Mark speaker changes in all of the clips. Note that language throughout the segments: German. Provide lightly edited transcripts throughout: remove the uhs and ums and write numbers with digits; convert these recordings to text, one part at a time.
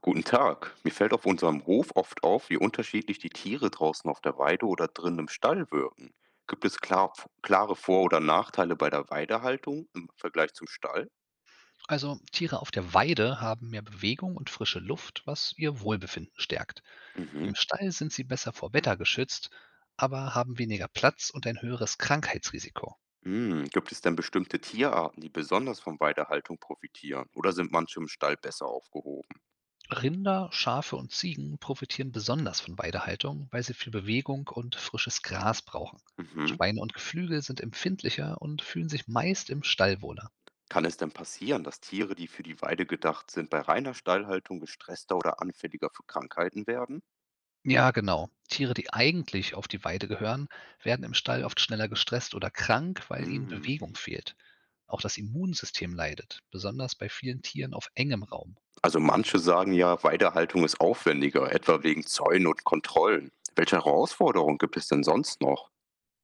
Speaker 1: Guten Tag. Mir fällt auf unserem Hof oft auf, wie unterschiedlich die Tiere draußen auf der Weide oder drinnen im Stall wirken. Gibt es klar, Klare Vor- oder Nachteile bei der Weidehaltung im Vergleich zum Stall?
Speaker 2: Also Tiere auf der Weide haben mehr Bewegung und frische Luft, was ihr Wohlbefinden stärkt. Im
Speaker 1: Mhm.
Speaker 2: Stall sind sie besser vor Wetter geschützt, aber haben weniger Platz und ein höheres Krankheitsrisiko.
Speaker 1: Hm, gibt es denn bestimmte Tierarten, die besonders von Weidehaltung profitieren? Oder sind manche im Stall besser aufgehoben?
Speaker 2: Rinder, Schafe und Ziegen profitieren besonders von Weidehaltung, weil sie viel Bewegung und frisches Gras brauchen.
Speaker 1: Mhm.
Speaker 2: Schweine und Geflügel sind empfindlicher und fühlen sich meist im Stall wohler.
Speaker 1: Kann es denn passieren, dass Tiere, die für die Weide gedacht sind, bei reiner Stallhaltung gestresster oder anfälliger für Krankheiten werden?
Speaker 2: Ja, genau. Tiere, die eigentlich auf die Weide gehören, werden im Stall oft schneller gestresst oder krank, weil ihnen
Speaker 1: Mhm.
Speaker 2: Bewegung fehlt. Auch das Immunsystem leidet, besonders bei vielen Tieren auf engem Raum.
Speaker 1: Also manche sagen ja, Weidehaltung ist aufwendiger, etwa wegen Zäunen und Kontrollen. Welche Herausforderungen gibt es denn sonst noch?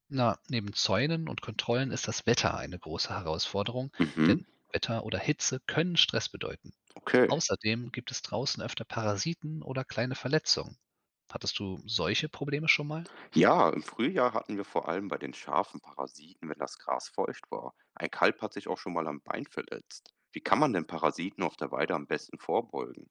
Speaker 2: Na, neben Zäunen und Kontrollen ist das Wetter eine große Herausforderung,
Speaker 1: Mhm,
Speaker 2: denn Wetter oder Hitze können Stress bedeuten.
Speaker 1: okay.
Speaker 2: Außerdem gibt es draußen öfter Parasiten oder kleine Verletzungen. Hattest du solche Probleme schon mal?
Speaker 1: Ja, im Frühjahr hatten wir vor allem bei den Schafen Parasiten, wenn das Gras feucht war. Ein Kalb hat sich auch schon mal am Bein verletzt. Wie kann man denn Parasiten auf der Weide am besten vorbeugen?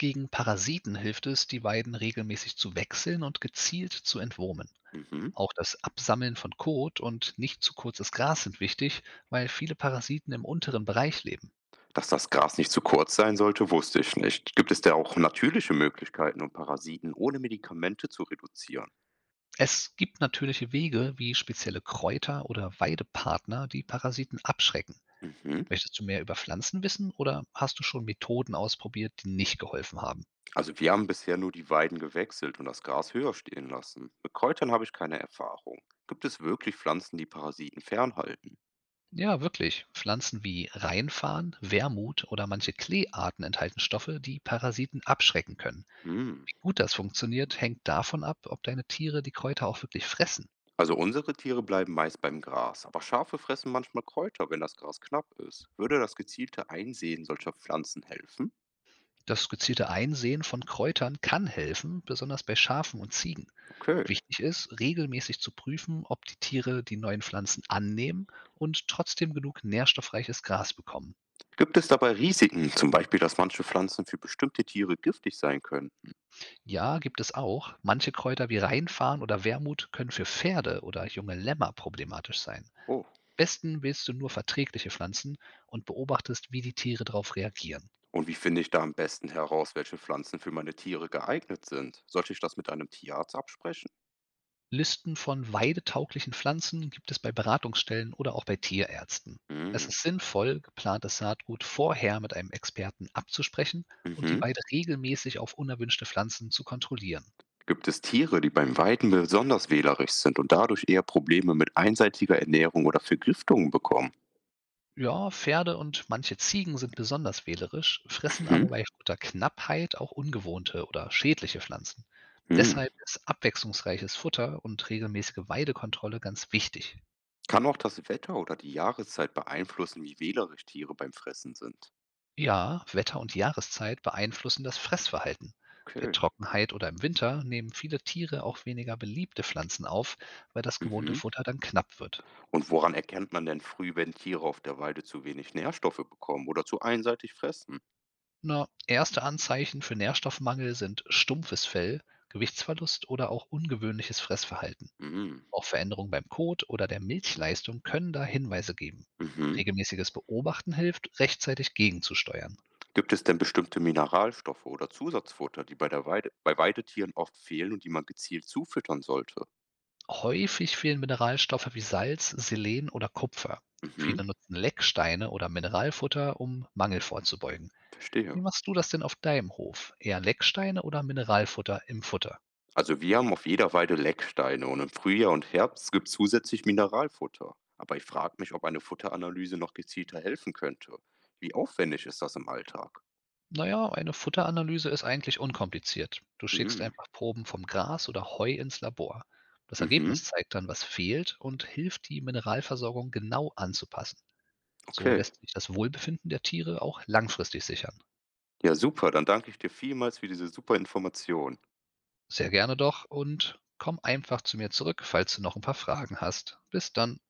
Speaker 2: Gegen Parasiten hilft es, die Weiden regelmäßig zu wechseln und gezielt zu entwurmen.
Speaker 1: Mhm.
Speaker 2: Auch das Absammeln von Kot und nicht zu kurzes Gras sind wichtig, weil viele Parasiten im unteren Bereich leben.
Speaker 1: Dass das Gras nicht zu kurz sein sollte, wusste ich nicht. Gibt es da auch natürliche Möglichkeiten, um Parasiten ohne Medikamente zu reduzieren?
Speaker 2: Es gibt natürliche Wege wie spezielle Kräuter oder Weidepartner, die Parasiten abschrecken.
Speaker 1: Mhm.
Speaker 2: Möchtest du mehr über Pflanzen wissen oder hast du schon Methoden ausprobiert, die nicht geholfen haben?
Speaker 1: Also wir haben bisher nur die Weiden gewechselt und das Gras höher stehen lassen. Mit Kräutern habe ich keine Erfahrung. Gibt es wirklich Pflanzen, die Parasiten fernhalten?
Speaker 2: Ja, wirklich. Pflanzen wie Rheinfarn, Wermut oder manche Kleearten enthalten Stoffe, die Parasiten abschrecken können.
Speaker 1: Hm.
Speaker 2: Wie gut das funktioniert, hängt davon ab, ob deine Tiere die Kräuter auch wirklich fressen.
Speaker 1: Also unsere Tiere bleiben meist beim Gras, aber Schafe fressen manchmal Kräuter, wenn das Gras knapp ist. Würde das gezielte Einsehen solcher Pflanzen helfen?
Speaker 2: Das gezielte Einsehen von Kräutern kann helfen, besonders bei Schafen und Ziegen.
Speaker 1: Okay.
Speaker 2: Wichtig ist, regelmäßig zu prüfen, ob die Tiere die neuen Pflanzen annehmen und trotzdem genug nährstoffreiches Gras bekommen.
Speaker 1: Gibt es dabei Risiken, zum Beispiel, dass manche Pflanzen für bestimmte Tiere giftig sein können?
Speaker 2: Ja, gibt es auch. Manche Kräuter wie Rheinfarn oder Wermut können für Pferde oder junge Lämmer problematisch sein.
Speaker 1: Oh.
Speaker 2: Am besten wählst du nur verträgliche Pflanzen und beobachtest, wie die Tiere darauf reagieren.
Speaker 1: Und wie finde ich da am besten heraus, welche Pflanzen für meine Tiere geeignet sind? Sollte ich das mit einem Tierarzt absprechen?
Speaker 2: Listen von weidetauglichen Pflanzen gibt es bei Beratungsstellen oder auch bei Tierärzten. Es
Speaker 1: Hm.
Speaker 2: ist sinnvoll, geplantes Saatgut vorher mit einem Experten abzusprechen und die
Speaker 1: Mhm.
Speaker 2: Weide regelmäßig auf unerwünschte Pflanzen zu kontrollieren.
Speaker 1: Gibt es Tiere, die beim Weiden besonders wählerisch sind und dadurch eher Probleme mit einseitiger Ernährung oder Vergiftungen bekommen?
Speaker 2: Ja, Pferde und manche Ziegen sind besonders wählerisch, fressen aber
Speaker 1: Mhm.
Speaker 2: bei guter Knappheit auch ungewohnte oder schädliche Pflanzen.
Speaker 1: Hm.
Speaker 2: Deshalb ist abwechslungsreiches Futter und regelmäßige Weidekontrolle ganz wichtig.
Speaker 1: Kann auch das Wetter oder die Jahreszeit beeinflussen, wie wählerisch Tiere beim Fressen sind?
Speaker 2: Ja, Wetter und Jahreszeit beeinflussen das Fressverhalten. Bei
Speaker 1: Okay.
Speaker 2: Trockenheit oder im Winter nehmen viele Tiere auch weniger beliebte Pflanzen auf, weil das gewohnte
Speaker 1: Mhm.
Speaker 2: Futter dann knapp wird.
Speaker 1: Und woran erkennt man denn früh, wenn Tiere auf der Weide zu wenig Nährstoffe bekommen oder zu einseitig fressen?
Speaker 2: Na, erste Anzeichen für Nährstoffmangel sind stumpfes Fell, Gewichtsverlust oder auch ungewöhnliches Fressverhalten.
Speaker 1: Mhm.
Speaker 2: Auch Veränderungen beim Kot oder der Milchleistung können da Hinweise geben.
Speaker 1: Mhm.
Speaker 2: Regelmäßiges Beobachten hilft, rechtzeitig gegenzusteuern.
Speaker 1: Gibt es denn bestimmte Mineralstoffe oder Zusatzfutter, die bei Weidetieren oft fehlen und die man gezielt zufüttern sollte?
Speaker 2: Häufig fehlen Mineralstoffe wie Salz, Selen oder Kupfer.
Speaker 1: Mhm.
Speaker 2: Viele nutzen Lecksteine oder Mineralfutter, um Mangel vorzubeugen.
Speaker 1: Verstehe.
Speaker 2: Wie machst du das denn auf deinem Hof? Eher Lecksteine oder Mineralfutter im Futter?
Speaker 1: Also wir haben auf jeder Weide Lecksteine und im Frühjahr und Herbst gibt es zusätzlich Mineralfutter. Aber ich frage mich, ob eine Futteranalyse noch gezielter helfen könnte. Wie aufwendig ist das im Alltag?
Speaker 2: Naja, eine Futteranalyse ist eigentlich unkompliziert. Du schickst
Speaker 1: Mhm.
Speaker 2: einfach Proben vom Gras oder Heu ins Labor. Das
Speaker 1: Mhm.
Speaker 2: Ergebnis zeigt dann, was fehlt und hilft, die Mineralversorgung genau anzupassen. So
Speaker 1: Okay.
Speaker 2: lässt sich das Wohlbefinden der Tiere auch langfristig sichern.
Speaker 1: Ja, super. Dann danke ich dir vielmals für diese super Information.
Speaker 2: Sehr gerne doch und komm einfach zu mir zurück, falls du noch ein paar Fragen hast. Bis dann.